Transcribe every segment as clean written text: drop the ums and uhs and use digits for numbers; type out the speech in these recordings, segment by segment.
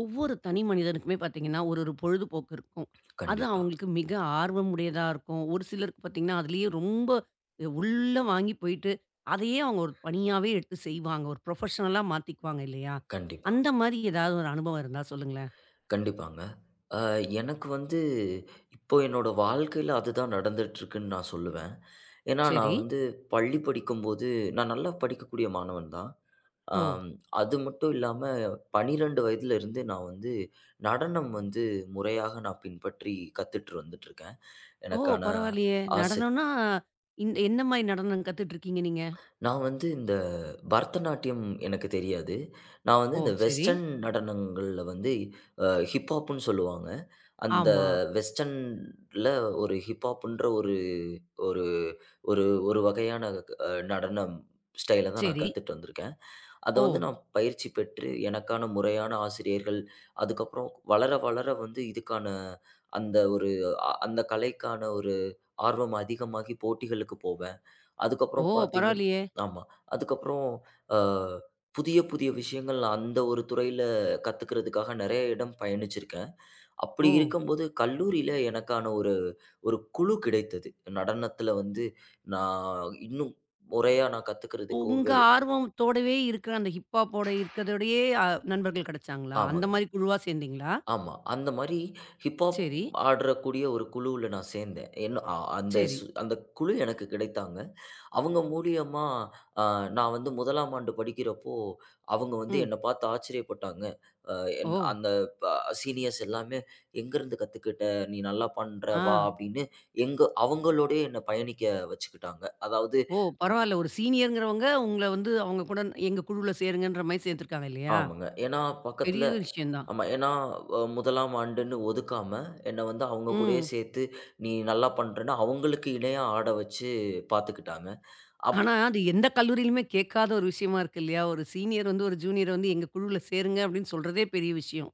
ஒவ்வொரு தனி மனிதனுக்குமே பார்த்தீங்கன்னா, ஒரு ஒரு பொழுதுபோக்கு இருக்கும். அது கண்டிப்பா, அவங்களுக்கு மிக ஆர்வமுடையதா இருக்கும். ஒரு சிலருக்கு பார்த்தீங்கன்னா, அதிலேயே ரொம்ப உள்ள வாங்கி போயிட்டு, அதையே அவங்க ஒரு பணியாவே எடுத்து செய்வாங்க. ஒரு ப்ரொஃபஷனலா மாத்திக்குவாங்க இல்லையா? கண்டிப்பா, அந்த மாரி ஏதாவது ஒரு அனுபவம் இருந்தா சொல்லுங்களேன். கண்டிப்பாங்க. அ எனக்கு வந்து இப்போ என்னோட வாழ்க்கையில அதுதான் நடந்துட்டுருக்குன்னு நான் சொல்லுவேன். ஏன்னா, சரி. நான் வந்து பள்ளி படிக்கும்போது நான் நல்லா படிக்கக்கூடிய மாணவன் தான். ஓ! ஆம் அது மட்டும் இல்லாம 12 வயதுல இருந்து நான் வந்து நடனம் வந்து முறையாக நான் பின்பற்றி கத்துட்டு வந்துட்டுருக்கேன். ஓ! எனக்கான பரவாயில்லையே! ஆசை. நடனம்னா, என்ன மாரி நடனம் கத்துட்டு இருக்கீங்க நீங்க? நான் வந்து இந்த பரதநாட்டியம் எனக்கு தெரியாது. நான் வந்து ஓ! இந்த சரி. வெஸ்டர்ன் நடனங்கள்ல வந்து ஹிப்ஹாப்ன்னு சொல்லுவாங்க. அந்த ஆமா. வெஸ்டர்ன்ல ஒரு ஹிப்ஹாப்ன்ற ஒரு ஒரு ஒரு ஒரு வகையான நடனம் ஸ்டைல தான் நான் சரி. கத்துட்டு வந்திருக்கேன். அத ஓ! வந்து நான் பயிற்சி பெற்று எனக்கான முறையான ஆசிரியர்கள், அதுக்கப்புறம் வளர வளர வந்து இதுக்கான அந்த ஒரு அந்த கலைக்கான ஒரு ஆர்வம் அதிகமாகி போட்டிகளுக்கு போவேன். ஓ! அதுக்கப்புறம் பார்த்தீங்கன்னா, பரவாயில்லையே! ஆமா. அதுக்கப்புறம் அ புதிய, புதிய விஷயங்கள் நான் அந்த ஒரு துறையில கத்துக்கிறதுக்காக நெறைய இடம் பயணிச்சிருக்கேன். ஓ! அப்படி இருக்கும்போது கல்லூரியில எனக்கான ஒரு ஒரு குழு கிடைத்தது. நடனத்தில வந்து நான் இன்னும் முறையா நான் கத்துக்கிறதுக்கோ உங்க ஆர்வத்தோடவே இருக்கிற அந்த ஹிப்ஹாப்போட இருக்கிறதோடயே நண்பர்கள் கிடைச்சாங்களா? அந்த ஆமாங்க. மாரி குழுவா சேர்ந்தீங்களா? ஆமா. அந்த மாரி ஹிப்ஹாப் சரி, ஆடக்கூடிய ஒரு குழுவுல நான் சேர்ந்தேன். என்ன அ அந்த சரி. சு அந்த குழு எனக்கு கிடைத்தாங்க. அவங்க மூலியமா அ நான் வந்து 1ஆம் ஆண்டு படிக்கிறப்போ, அவங்க வந்து ம். என்ன பார்த்து ஆச்சரியப்பட்டாங்க. அ ஓ! என் அந்த ப சீனியர்ஸ் எல்லாமே, "எங்கருந்து கத்துக்கிட்ட? நீ நல்லா பண்ற, ஆ. வா" அப்படின்னு எங்க அவங்களோடயே என்ன பயணிக்க வச்சுக்கிட்டாங்க. அதாவது ஓ! ஜ் பரவால்ல. ஒரு சீனியர்ங்கிறவங்க உங்கள வந்து அவங்க கூட எங்க குழுவுல சேருங்கன்ற மாரி சேர்த்துருக்காங்க இல்லையா? ஆமாங்க. ஏன்னா பக்கத்துல பெரிய விஷயம் தான். ஆமா. ஏன்னா 1ஆம் ஆண்டுன்னு ஒதுக்காம, என்ன வந்து அவங்க கூடயே ம். சேர்த்து, "நீ நல்லா பண்றன்னு" அவங்களுக்கு இணையா ஆட வச்சு பார்த்துக்கிட்டாங்க. அப் ஆனா அது எந்த கல்லூரியிலுமே கேட்காத ஒரு விஷயமா இருக்கு இல்லையா? ஒரு சீனியர் வந்து ஒரு ஜூனியர வந்து எங்க குழுவுல சேருங்க அப்படின்னு சொல்றதே பெரிய விஷயம்.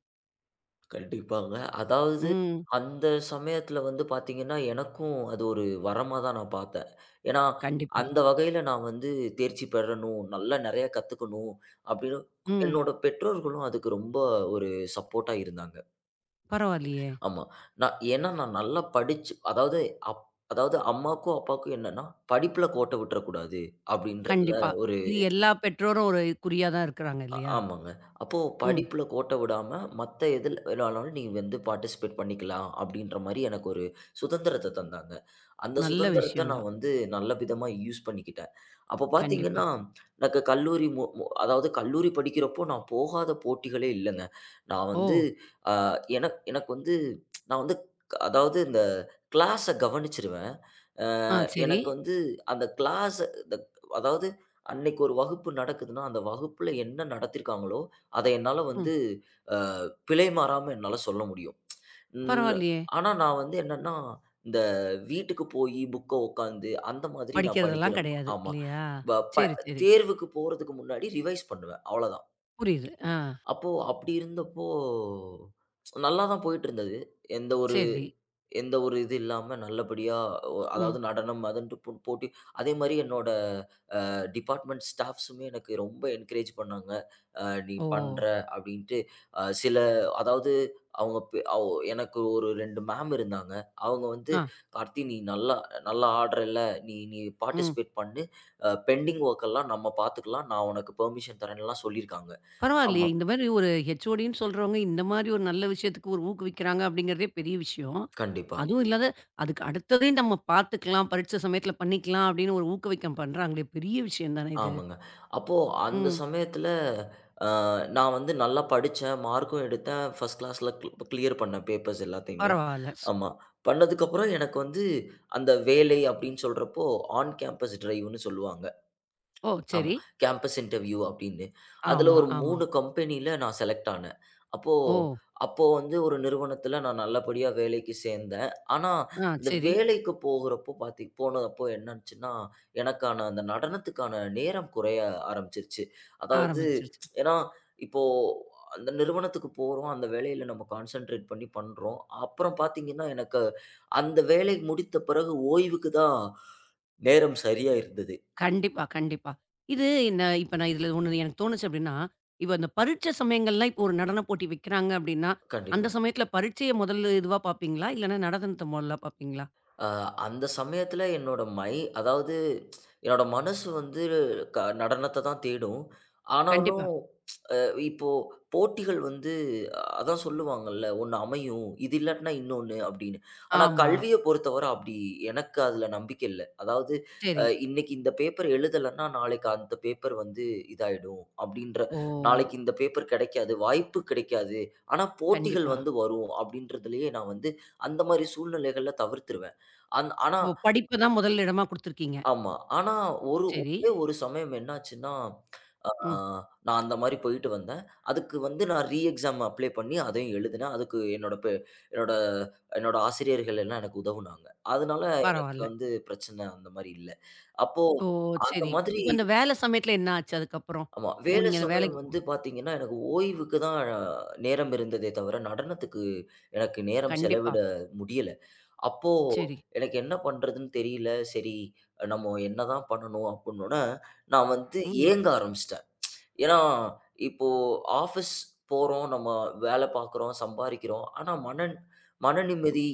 கண்டிப்பாங்க. அதாவது ம். அந்த சமயத்துல வந்து பாத்தீங்கன்னா, எனக்கும் அது ஒரு வரமா தான் நான் பாத்தேன். ஏன்னா, கண்டிப்பா. அந்த வகையில நான் வந்து தேர்ச்சி பெறணும், நல்லா நெறைய கத்துக்கணும் அப்படின்னு ம். என்னோட பெற்றோர்களும் அதுக்கு ரொம்ப ஒரு சப்போர்ட்டா இருந்தாங்க. பரவாயில்லையே! ஆமா. நான் ஏன்னா நான் நல்லா படிச்சு அதாவது அப் அதாவது அம்மாக்கும், அப்பாவுக்கும் என்னன்னா, படிப்புல கோட்ட விட்டுறக்கூடாது அப்படின்றதுல கண்டிப்பா. ஒரு இது எல்லா பெற்றோரும் ஒரு குறியா தான் இருக்கிறாங்க இல்லையா? ஆமாங்க. அப்போ ம். படிப்புல கோட்ட விடாம, மத்த எதுல வேணாலும் நீ வந்து பார்ட்டிசிபேட் பண்ணிக்கலாம் அப்டின்ற மாரி எனக்கு ஒரு சுதந்திரத்த தந்தாங்க. அந்த நல்ல சுதந்திரத்த விஷயம் நான் தான். வந்து நல்ல விதமா யூஸ் பண்ணிக்கிட்டேன். அப்ப கண்டிப்பா. பார்த்தீங்கன்னா, எனக்கு கல்லூரி மு மு அதாவது கல்லூரி படிக்கிறப்போ நான் போகாத போட்டிகளே இல்லங்க. நான் வந்து ஓ! அ எனக் எனக்கு வந்து நான் வந்து அதாவது இந்த கிளாஸ கவனிச்சுருவேன். ஆ சரி. எனக்கு வந்து அந்த கிளாஸ் த அதாவது அன்னைக்கு ஒரு வகுப்பு நடக்குதுன்னா, அந்த வகுப்புல என்ன நடத்திருக்காங்களோ, அத என்னால ம். வந்து அ பிழை மாறாம என்னால சொல்ல முடியும். ம். பரவாயில்லையே! ஆனா நான் வந்து என்னன்னா, இந்த வீட்டுக்கு போயி புக்க உட்காந்து அந்த மாதிரி நான் படிக்கிறதெல்லாம் படிக்கிறேன். கிடையாது ஆமா. இல்லையா? வ ப சரி, சரி. தேர்வுக்கு போறதுக்கு முன்னாடி ரிவைஸ் பண்ணுவேன். அவ்வளதான். புரியுது. ஆ அப்போ அப்படி இருந்தப்போ நல்லா தான் போயிட்டு இருந்தது. எந்த ஒரு சரி. எந்த ஒரு இது இல்லாம நல்லபடியா ம். அதாவது நடனம் அதுன்ட்டு போட்டி, அதே மாரி என்னோட டிபார்ட்மெண்ட் ஸ்டாஃப்ஸுமே எனக்கு ரொம்ப என்கரேஜ் பண்ணாங்க. அ "நீ ஓ! பண்ற" அப்படின்ட்டு. சில அதாவது அவங்க பெ அவ் எனக்கு ஒரு 2 மேம் இருந்தாங்க. அவங்க வந்து, ஆ. "கார்த்தி நீ நல்லா நல்லா ஆடுறல்ல, நீ நீ ம். பார்ட்டிசிபேட் பண்ணு. பெண்டிங் வொர்க் எல்லாம் நம்ம பார்த்துக்கலாம். நான் உனக்கு பெர்மிஷன் தரேன்லாம்" சொல்லியிருக்காங்க. பரவாயில்லையே! ஆமா. இந்த மாரி ஒரு ஹெச்ஓடின்னு சொல்றவங்க இந்த மாரி ஒரு நல்ல விஷயத்துக்கு ஒரு ஊக்குவிக்கிறாங்க அப்படிங்கிறதே பெரிய விஷயம். கண்டிப்பா. அதுவும் இல்லாத அதுக்கு அடுத்ததையும் நம்ம பார்த்துக்கலாம், பரீட்சை சமயத்தில பண்ணிக்கலாம் அப்படின்னு ஒரு ஊக்குவிக்கம் பண்றாங்களே! பெரிய விஷயம் தானே இது. ஆமாங்க. அப்போ அந்த ம். சமயத்துல அ நான் வந்து நல்லா படிச்சேன். மார்க்கும் எடுத்தேன். ஃபர்ஸ்ட் கிளாஸ்ல கிளியர் பண்ணேன் பேப்பர்ஸ் எல்லாத்தையுமே. பரவால்ல. ஆமா. பண்ணதுக்கப்புறம் எனக்கு வந்து அந்த வேலை அப்படின்னு சொல்றப்போ, ஆன் கேம்பஸ் டிரைவ்ன்னு சொல்லுவாங்க. ஓ! ஆமா. சரி. கேம்பஸ் இன்டர்வியூ அப்படின்னு. அதுல ஆமா, ஒரு ஆமா. 3 கம்பெனில நான் செலக்ட் ஆனேன். அப்போ ஓ! அப்போ வந்து ஒரு நிறுவனத்துல நான் நல்லபடியா வேலைக்கு சேர்ந்தேன். ஆனா, ஆ அந்த சரி. வேலைக்கு போகுறப்போ போனப்போ என்னாச்சுன்னா, எனக்கான அந்த நடனத்துக்கான நேரம் குறைய ஆரம்பிச்சிருச்சு. அதாவது ஆரம்பிச்சிருச்சு. ஏன்னா, இப்போ அந்த நிறுவனத்துக்கு போறோம். அந்த வேலையில நம்ம கான்சன்ட்ரேட் பண்றோம். அப்புறம் பாத்தீங்கன்னா, எனக்கு அந்த வேலை முடித்த பிறகு ஓய்வுக்கு தான் நேரம் சரியா இருந்தது. கண்டிப்பா, கண்டிப்பா. இது என்ன இப்ப நான் இதுல ஒண்ணு எனக்கு தோணுச்சு அப்டின்னா, இப்ப இந்த பரீட்சை சமயங்கள்லாம் இப்போ ஒரு நடன போட்டி வைக்கிறாங்க அப்டின்னா, அந்த கண்டிப்பா. சமயத்துல பரீட்சைய முதல்ல இதுவா பார்ப்பீங்களா? இல்லன்னா நடனத்த முதல்ல பார்ப்பீங்களா? அ அந்த சமயத்துல என்னோட மை அதாவது என்னோட மனசு வந்து நடனத்த தான் தேடும். ஆனாலும் கண்டிப்பா. அ இப்போ போட்டிகள் வந்து அதான் சொல்லுவாங்கல்ல, "ஒண்ணு அமையும். இது இல்லாட்டினா இன்னொன்னு" அப்படின்னு. ஆனா ஆமா. கல்விய பொறுத்தவர அப்படி எனக்கு அதுல நம்பிக்கை இல்ல. அதாவது சரி. இன்னைக்கு இந்த பேப்பர் எழுதலன்னா, நாளைக்கு அந்த பேப்பர் வந்து இதாயிடும் அப்படின்ற, ஓ! நாளைக்கு இந்த பேப்பர் கிடைக்காது, வாய்ப்பு கிடைக்காது. ஆனா போட்டிகள் கண்டிப்பா. வந்து வரும் அப்படின்றதுலயே நான் வந்து அந்த மாரி சூழ்நிலைகள தவிர்த்துருவேன். ஆனா ஓ! படிப்ப தான் முதல் இடமா குடுத்துருக்கீங்க. ஆமா. ஆனா சரி. ஒரே ஒரு சமயம் என்னாச்சுன்னா, ஆ ம். நான் அந்த மாரி போயிட்டு வந்தேன். அதுக்கு வந்து நான் ரீ எக்ஸாம் அப்ளை பண்ணி அதையும் எழுதினேன். அதுக்கு என்னோட பெ என்னோட என்னோட ஆசிரியர்கள் எல்லாம் எனக்கு உதவுனாங்க. அதனால எனக்கு பரவால்ல. வந்து பிரச்சனை அந்த மாரி இல்ல. அப்போ ஓ! அந்த சரி. மாதிரி. இப்ப இந்த வேலை சமயத்துல என்ன ஆச்சு அதுக்கப்புறம்? ஆமா. வேலை நீங்க அந்த சமயம் வேலைக்கு போ வந்து பார்த்தீங்கன்னா, எனக்கு ஓய்வுக்கு தான் நேரம் இருந்ததே தவிர, நடனத்துக்கு எனக்கு நேரம் கண்டிப்பா. செலவிட முடியல. அப்போ சரி. எனக்கு என்ன பண்றதுன்னு தெரியல. சரி நம்ம என்னதான் பண்ணணும் அப்புட்னோனே, நான் வந்து ம். ஏங்க ஆரம்பிச்சுட்டேன். ஏன்னா, இப்போ ஆஃபீஸ் போறோம், நம்ம வேலை பார்க்குறோம், சம்பாரிக்கிறோம். ஆனா மன மன ம். நிம்மதி,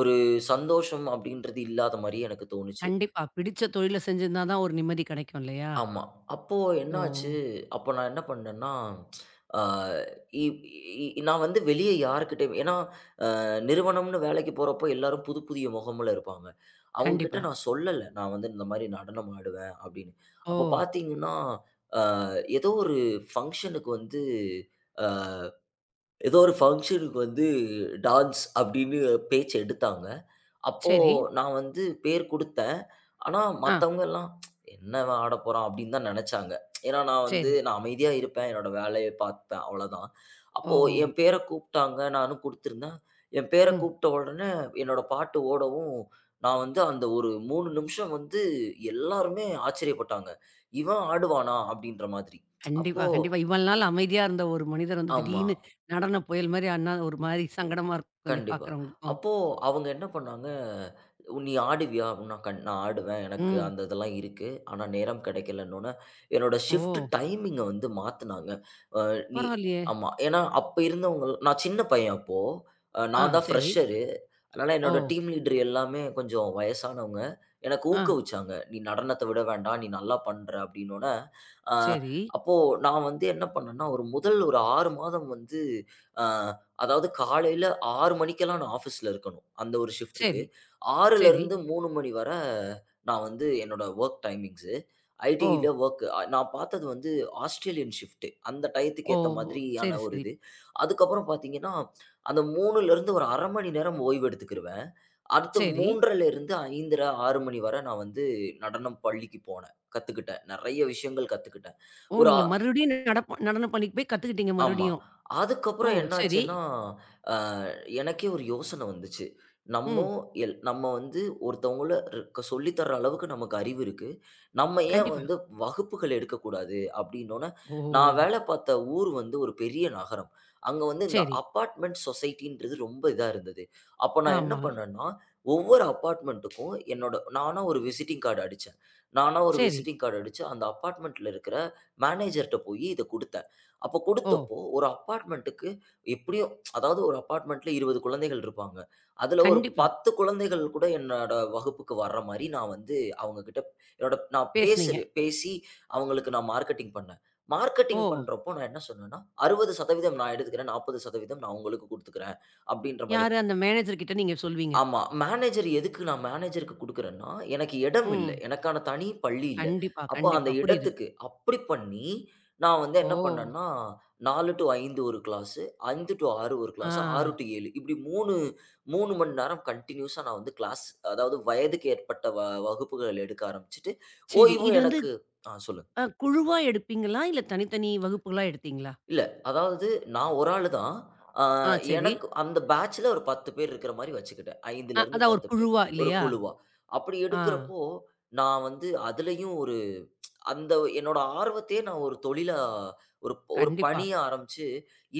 ஒரு சந்தோஷம் அப்படின்றது இல்லாத மாரி எனக்கு தோணுச்சு. கண்டிப்பா. பிடிச்ச தொழில செஞ்சிருந்தா தான் ஒரு நிம்மதி கிடைக்கும் இல்லையா? ஆமா. அப்போ ஓ! என்னாச்சு, அப்போ நான் என்ன பண்ணேன்னா, அ இ இ நான் வந்து வெளிய யார்கிட்டயும் ஏன்னா நிறுவனம்னு வேலைக்கு போறப்போ எல்லாரும் புதிய முகமுல இருப்பாங்க. அவங்க கிட்ட கண்டிப்பா. நான் சொல்லல. நான் வந்து இந்த மாரி நடனம் ஆடுவேன் அப்படின்னு. ஓ! அப்ப பார்த்தீங்கன்னா, அ ஏதோ ஒரு ஃபங்ஷனுக்கு வந்து அ ஏதோ ஒரு ஃபங்ஷனுக்கு வந்து டான்ஸ் அப்படின்னு பேச்சு எடுத்தாங்க. அப்போ சரி. நான் வந்து பேர் குடுத்தேன். ஆனா ஆ, மத்தவங்க எல்லாம் "என்ன இவன் ஆடப்போறான்?" அப்படின்னு தான் நெனச்சாங்க. ஏன்னா நான் வந்து சரி. நான் அமைதியா இருப்பேன். என்னோட வேலைய பார்ப்பேன் அவ்வளோதான். ஓ! அப்போ என் பேர கூப்பிட்டாங்க. நானும் குடுத்துருந்தேன். என் பேர ம். கூப்பிட்ட உடனே என்னோட பாட்டு ஓடவும், நான் வந்து அந்த ஒரு 3 நிமிஷம் வந்து எல்லாருமே ஆச்சரியப்பட்டாங்க. "இவன் ஆடுவானா?" அப்படின்ற மாதிரி. அப்போ கண்டிப்பா, கண்டிப்பா. இவ்வளவு நாள் அமைதியா இருந்த ஒரு மனிதர் வந்து ஆமா. திடீர்னு நடன புயல் மாரி ஆனா ஒரு மாரி சங்கடமா இருக்கும் இல்லையா கண்டிப்பா. பார்க்குறவங்களுக்கும். அப்போ அவங்க என்ன பண்ணாங்க, "உ- "நீ ஆடுவியா?" அப்படின்னா, கண் "நான் ஆடுவேன். எனக்கு ம். அந்த இதெல்லாம் இருக்கு. ஆனா நேரம் கிடைக்கலன்னோன" என்னோட ஓ! ஷிஃப்ட் டைமிங்க வந்து மாத்துனாங்க. அ நீ பரவாயில்லையே! ஆமா. ஏன்னா அப்ப இருந்தவங்க நான் சின்ன பையன் அப்போ. ஆ, நான் தான் சரி. ஃப்ரெஷரு. அதனால ஓ! என்னோட டீம் லீடர் எல்லாமே கொஞ்சம் வயசானவங்க. எனக்கு ஆ, ஊக்குவிச்சாங்க. "நீ நடனத்த விட வேண்டாம். நீ நல்லா பண்ற." அப்படின்னோன, அ சரி, அப்போ நான் வந்து என்ன பண்ணேன்னா, ஒரு முதல் ஒரு 6 மாதம் வந்து, அ அதாவது காலையில 6 மணிக்கெல்லாம் நான் ஆஃபீஸ்ல இருக்கணும். அந்த ஒரு ஷிஃப்ட்டுக்கு. சரி, சரி. 6லருந்து 3 மணி வர நான் வந்து என்னோட வொர்க் டைமிங்ஸு. ஓ! ஐடியில வொர்க் நான் பார்த்தது வந்து ஆஸ்ட்ரேலியன் ஷிஃப்ட்டு. அந்த டயத்துக்கு ஓ! ஏத்த ஓ, சரி, மாதிரியான ஒரு சரி, இது. அதுக்கப்புறம் பார்த்தீங்கன்னா, அந்த 3லருந்து ஒரு 1/2 மணி நேரம் ஓய்வு எடுத்துக்கிருவேன். அடுத்து சரி. 3:30லருந்து 5:30, 6 மணி வரை நான் வந்து நடனம் பள்ளிக்கு போனேன். கத்துக்கிட்டேன். நெறைய விஷயங்கள் கத்துக்கிட்டேன். ஓ! ஒரு அ நீங்க மறுபடியும் நடப்ப நடன பள்ளிக்கு போய் கத்துக்கிட்டீங்க ஆமா. மறுபடியும். ஓ! அதுக்கப்புறம் சரி. என்னாச்சுன்னா, அ எனக்கே ஒரு யோசனை வந்துச்சு. நம்ம ம். நம்ம வந்து ஒருத்தவங்களுக்கு சொல்லி தர அளவுக்கு நமக்கு அறிவு இருக்கு. நம்ம ஏன் கண்டிப்பா. வந்து வகுப்புகள் எடுக்கக்கூடாது? அப்படின்னோன, ஓ! நான் வேலை பார்த்த ஊர் வந்து ஒரு பெரிய நகரம். அங்க வந்து இந்த சரி. அபார்ட்மெண்ட் சொசைட்டின்றது ரொம்ப இதா இருந்தது. அப்ப நான் என்ன ஆமா. பண்ணேன்னா, ஒவ்வொரு அபார்ட்மெண்ட்டுக்கும் என்னோட நானா ஒரு விசிட்டிங் கார்டு அடிச்சேன். நானா ஒரு சரி. விசிட்டிங் கார்டு அடிச்சு, அந்த அபார்ட்மெண்ட்ல இருக்கிற மேனேஜர்ட்ட போயி இத குடுத்தேன். அப்ப ஓ! குடுத்தப்போ ஒரு அப்பார்ட்மெண்ட்டுக்கு எப்படியும் அதாவது ஒரு அப்பார்ட்மெண்ட்ல 20 குழந்தைகள் இருப்பாங்க. அதுல ஒரு கண்டிப்பா. 10 குழந்தைகள் கூட என்னோட வகுப்புக்கு வர்ற மாரி நான் வந்து அவங்ககிட்ட என்னோட நான் பேசுனீங்க. பேசுறேன் பேசி அவங்களுக்கு நான் மார்க்கெட்டிங் பண்ணேன். ஓ! மார்க்கெட்டிங் பண்றப்போ நான் என்ன சொன்னேன்னா, 60% நான் எடுத்துக்கிறேன். 40% நான் உங்களுக்கு குடுத்துக்கிறேன். அப்படின்ற மாதிரி. யாரு அந்த மேனேஜர் கிட்ட நீங்க சொல்வீங்க. ஆமா. மேனேஜர் எதுக்கு நான் மேனேஜருக்கு குடுக்குறேன்னா, எனக்கு இடம் இல்ல. ம். எனக்கான தனி பள்ளி இல்ல. கண்டிப்பா, அப்போ அந்த கண்டிப்பா. புரியுது. இடத்துக்கு அப்படி பண்ணி, நான் வந்து என்ன ஓ! பண்ணேன்னா, 4 டூ 5 ஒரு கிளாஸ், 5 டூ 6 ஒரு ஆ. கிளாஸ், 6 டூ 7 இப்படி 3, 3 மணி நேரம் கன்டினியூஸா நான் வந்து கிளாஸ் அதாவது வயதுக்கு ஏற்பட்ட வகுப்புகள் எடுக்க ஆரம்பிச்சுட்டு, சரி. ஓய்வும் இது வந்து எனக்கு ஆ சொல்லுங்க. குழுவா எடுப்பீங்களா? இல்ல தனித்தனி வகுப்புகளா எடுத்தீங்களா? இல்ல. அதாவது நான் ஒரு ஆளு தான். ஆ ஆ சரி. எனக்கு அந்த பேட்ச்ல ஒரு 10 பேர் இருக்கிற மாரி வச்சுக்கிட்டேன். 5ல இருந்து அதான் ஒரு 10 பேர். குழுவா ஒரு இல்லையா? குழுவா. அப்படி ஆ. எடுக்கிறப்போ, நான் வந்து அதிலயும் ஒரு அந்த என்னோட ஆர்வத்தையே நான் ஒரு தொழிலா ஒரு கண்டிப்பா. பணியா ஆரம்பிச்சு,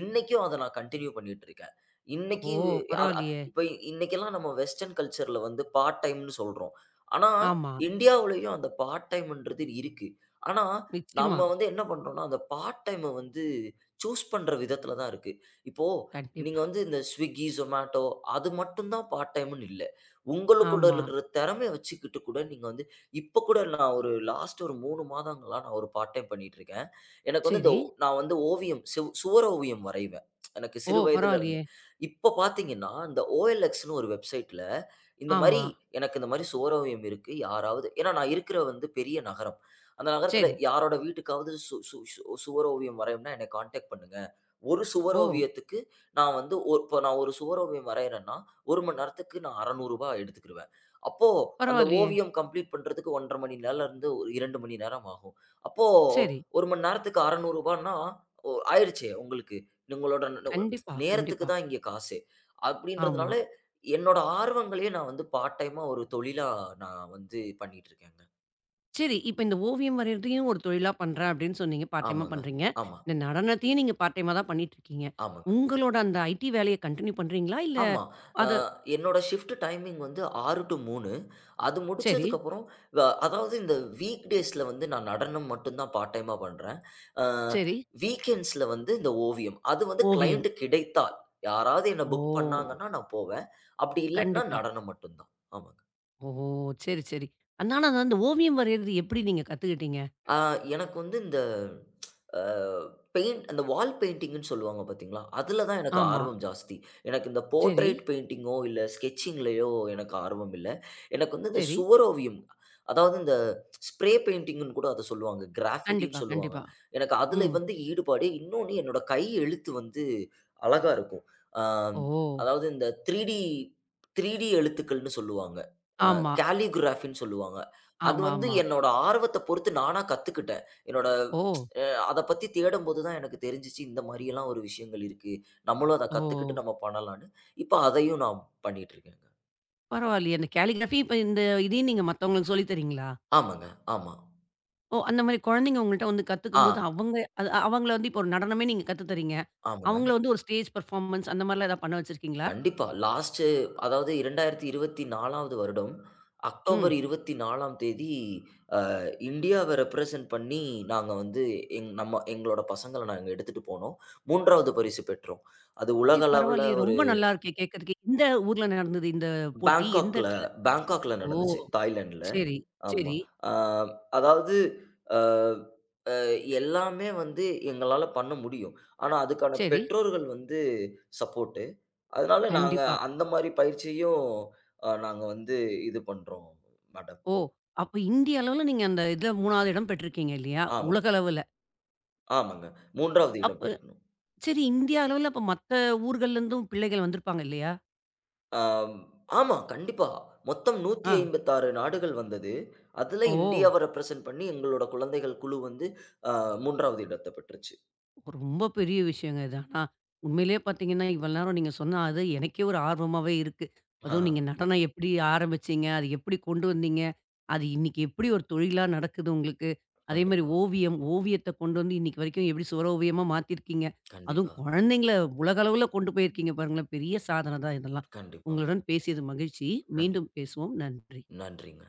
இன்னைக்கும் அத நான் கன்டின்யூ பண்ணிட்டுருக்கேன். இன்னைக்கு ஓ! அ அ பரவாயில்லையே! இப்ப இன்னைக்கெல்லாம் நம்ம வெஸ்டர்ன் கல்ச்சர்ல வந்து பார்ட் டைம்ன்னு சொல்றோம். ஆனா, ஆமா. இந்தியாவுலயும் அந்த பார்ட் டைம்ன்றது இருக்கு. ஆனா, நிச்சயமா. நம்ம வந்து என்ன பண்றோம்னா, அந்த பார்ட் டைம வந்து சூஸ் பண்ற விதத்துல தான் இருக்கு. இப்போ நீங்க கண்டிப்பா. வந்து இந்த Swiggy, Zomato அது மட்டும் தான் பார்ட் டைம்ன்னு இல்ல. உங்களுக்குள்ள ஆமா. இருக்கிற திறமைய வச்சுக்கிட்டு கூட நீங்க வந்து இப்ப கூட நான் ஒரு லாஸ்ட் ஒரு 3 மாதங்களா நான் ஒரு பார்ட் டைம் பண்ணிட்டு இருக்கேன். எனக்கு வந்து இந்த சரி. நான் வந்து ஓவியம் சுவர ஓவியம் வரைவேன். எனக்கு ஓ! சிறு வயதில இருந்து. பரவாயில்லையே! இப்ப பார்த்தீங்கன்னா, இந்த OLXன்னு ஒரு வெப்சைட்ல இந்த மாரி ஆமா. எனக்கு இந்த மாரி சுவர் ஓவியம் இருக்கு. யாராவது ஏன்னா நான் இருக்கிற வந்து பெரிய நகரம். அந்த நகரத்தில சரி. யாரோட வீட்டுக்காவது சு சு சு சுவர் ஓவியம் வரையணும்னா என்ன கான்டாக்ட் பண்ணுங்க. ஒரு ஓ! சுவரோவியத்துக்கு நான் வந்து இப்போ நான் ஒரு சுவரோவியம் வரையிறேன்னா, 1 மணி நேரத்துக்கு நான் ரூ. 600 எடுத்துக்கிருவேன். அப்போ அந்த பரவாயில்லையே! ஓவியம் கம்ப்ளீட் பண்றதுக்கு 1 1/2 மணி நேரம்லேருந்து ஒரு 2 மணி நேரம் ஆகும். அப்போ சரி. 1 மணி நேரத்துக்கு ரூ. 600ன்னா ஓ ஆயிருச்சே உங்களுக்கு. உங்களோட ந- கண்டிப்பா, நேரத்துக்கு கண்டிப்பா. தான் இங்கே காசு. அப்படின்றதுனால ஆமா. என்னோட ஆர்வங்களையே நான் வந்து பார்ட் டைமா ஒரு தொழிலா நான் வந்து பண்ணிட்டு இருக்கேங்க. சரி. இப்ப இந்த ஓவியம் வரையறதையும் ஒரு தொழிலா பண்றேன் அப்படின்னு சொன்னீங்க. பார்ட் டைமா ஆமாங்க. பண்றீங்க. ஆமா, இந்த நடனத்தையும் நீங்க பார்ட் டைமா தான் பண்ணிட்டுருக்கீங்க. ஆமாங்க. உங்களோட அந்த ஐடி வேலைய கன்டின்யூ பண்றீங்களா? இல்ல ஆமா. அ அது என்னோட ஷிஃப்ட் டைமிங் வந்து 6 டூ 3. அது சரி, முடிச்சதுக்கப்புறம் வ அதாவது இந்த வீக் டேஸ்ல வந்து நான் நடனம் மட்டும் தான் பார்ட் டைமா பண்றேன். அ சரி. வீக்கெண்ட்ஸ்ல வந்து இந்த ஓவியம். அது வந்து ஓவியம். கிளையன்ட் கிடைத்தால், யாராவது என்ன புக் ஓ! பண்ணாங்கன்னா நான் போவேன். அப்படி இல்லன்னா கண்டிப்பா. நடனம் மட்டும் தான். ஆமா. ஓ! சரி, சரி. அதனால அது அந்த ஓவியம் வரையறது எப்படி நீங்க கத்துக்கிட்டீங்க? ஆ எனக்கு வந்து இந்த அ பெயிண்ட் அந்த வால் பெயிண்டிங்ன்னு சொல்லுவாங்க பார்த்தீங்களா? அதில தான் எனக்கு ஆமா. ஆர்வம் ஜாஸ்தி. எனக்கு இந்த சரி, போர்ட்ரெய்ட் பெயிண்டிங்கோ, இல்ல ஸ்கெட்சிங்லயோ எனக்கு ஆர்வம் இல்ல. எனக்கு வந்து இந்த சரி. சுவரோவியம், அதாவது இந்த ஸ்ப்ரே பெயிண்டிங்ன்னு கூட அத சொல்லுவாங்க. கிராஃபிட்டின்னு கண்டிப்பா, சொல்லுவாங்க. கண்டிப்பா. எனக்கு அதில ம். வந்து ஈடுபாடு. இன்னொன்னு என்னோட கை எழுத்து வந்து அழகா இருக்கும். அ ஓ! அதாவது இந்த 3 டி எழுத்துக்கள்ன்னு சொல்லுவாங்க. ஆமா, காலிகிராஃபின்னு சொல்லுவாங்க. அது வந்து ஆமாமா. என்னோட ஆர்வத்த பொறுத்து நானா கத்துக்கிட்டேன். என்னோட ஓ! அ அத பத்தி தேடும்போது தான் எனக்கு தெரிஞ்சுச்சு, இந்த மாரியெல்லாம் ஒரு விஷயங்கள் இருக்கு. நம்மளும் அத ஓ! கத்துக்கிட்டு நம்ம பண்ணலான்னு, இப்ப அதையும் நான் பண்ணிட்டுருக்கேங்க. பரவாயில்லையே. அந்த கேலிகிராஃபி இப்ப இந்த இதையும் நீங்க மத்தவங்களுக்கு சொல்லி தரீங்களா? ஆமாங்க. ஆமா. ஓ! அந்த மாரி குழந்தைங்க உங்கள்ட்ட வந்து ஆ. கத்துக்கும்போது, அவங்க அது அவங்கள வந்து இப்போ ஒரு நடனமே நீங்க கத்து தர்றீங்க. அவங்கள ஆமாங்க. வந்து ஒரு ஸ்டேஜ் பெர்ஃபார்மன்ஸ் அந்த மாரிலாம் ஏதாவது பண்ண வச்சிருக்கீங்களா? கண்டிப்பா. லாஸ்ட்டு அதாவது 2024வது வருடம், அக்டோபர் ம். 24ஆம் தேதி அ இந்தியாவ ரெப்ரசன்ட் பண்ணி நாங்க வந்து எங்களோட பசங்கள நாங்க எடுத்துட்டு போனோம். 3வது பரிசு பெற்றோம். அது உலக ஏய் அளவுல பரவாயில்லயே! ஒரு ரொம்ப நல்லா இருக்கே கேட்கறதுக்கு. எந்த ஊர்ல நடந்தது இந்த போட்டி? எந்த பேங்காக்ல இடத்துல? பேங்காக்ல ஓ! நடந்துச்சு. தாய்லாந்துல. சரி, ஆமா. சரி, அ அதாவது அ எல்லாமே வந்து எங்களால பண்ண முடியும். ஆனா, அதுக்கான சரி. பெற்றோர்கள் வந்து சப்போர்ட்டு. அதனால நாங்க கண்டிப்பா. அந்த மாரி பயிற்சியும் நாங்க வந்து இது பண்றோம் மேடம். ஓ! அப்ப இந்திய அளவுல நீங்க அந்த இதுல 3வது இடம் பெற்றிருக்கீங்க இல்லையா? ஆமா, உலக அளவுல. ஆமாங்க. 3வது இடம் அப்ப பெற்றோம். சரி இந்திய அளவுல அப்ப மத்த ஊர்கள்ல இருந்தும் பிள்ளைகள் வந்திருப்பாங்க இல்லையா? ஆம். ஆமா, கண்டிப்பா. மொத்தம் ஆ. 156 நாடுகள் வந்தது. அதுல ஓ! இந்தியாவ ரெப்ரசென்ட் பண்ணி எங்களோட குழந்தைகள் குழு வந்து அ 3வது இடத்த பெற்றுச்சு. ரொம்ப பெரிய விஷயங்க இது. ஆனா, உண்மையிலேயே பார்த்தீங்கன்னா, இவ்வளோ நேரம் நீங்க சொன்ன அது எனக்கே ஒரு ஆர்வமாவே இருக்கு. ஆ, அதுவும் நீங்க நடனம் எப்படி ஆரம்பிச்சீங்க? அது எப்படி கொண்டு வந்தீங்க? அது இன்னைக்கு எப்படி ஒரு தொழிலா நடக்குது உங்களுக்கு? அதேமாரி கண்டிப்பா. ஓவியம், ஓவியத்த கொண்டு வந்து இன்னைக்கு வரைக்கும் எப்படி சுவர் ஓவியமா மாத்தியிருக்கீங்க? அதுவும் கண்டிப்பா, குழந்தைங்கள உலக அளவுல கொண்டு போயிருக்கீங்க பாருங்களேன். பெரிய சாதனை தான் இதெல்லாம். கண்டிப்பா. உங்களுடன் பேசியது மகிழ்ச்சி. கண்டி மீண்டும் பேசுவோம். நன்றி. நன்றிங்க.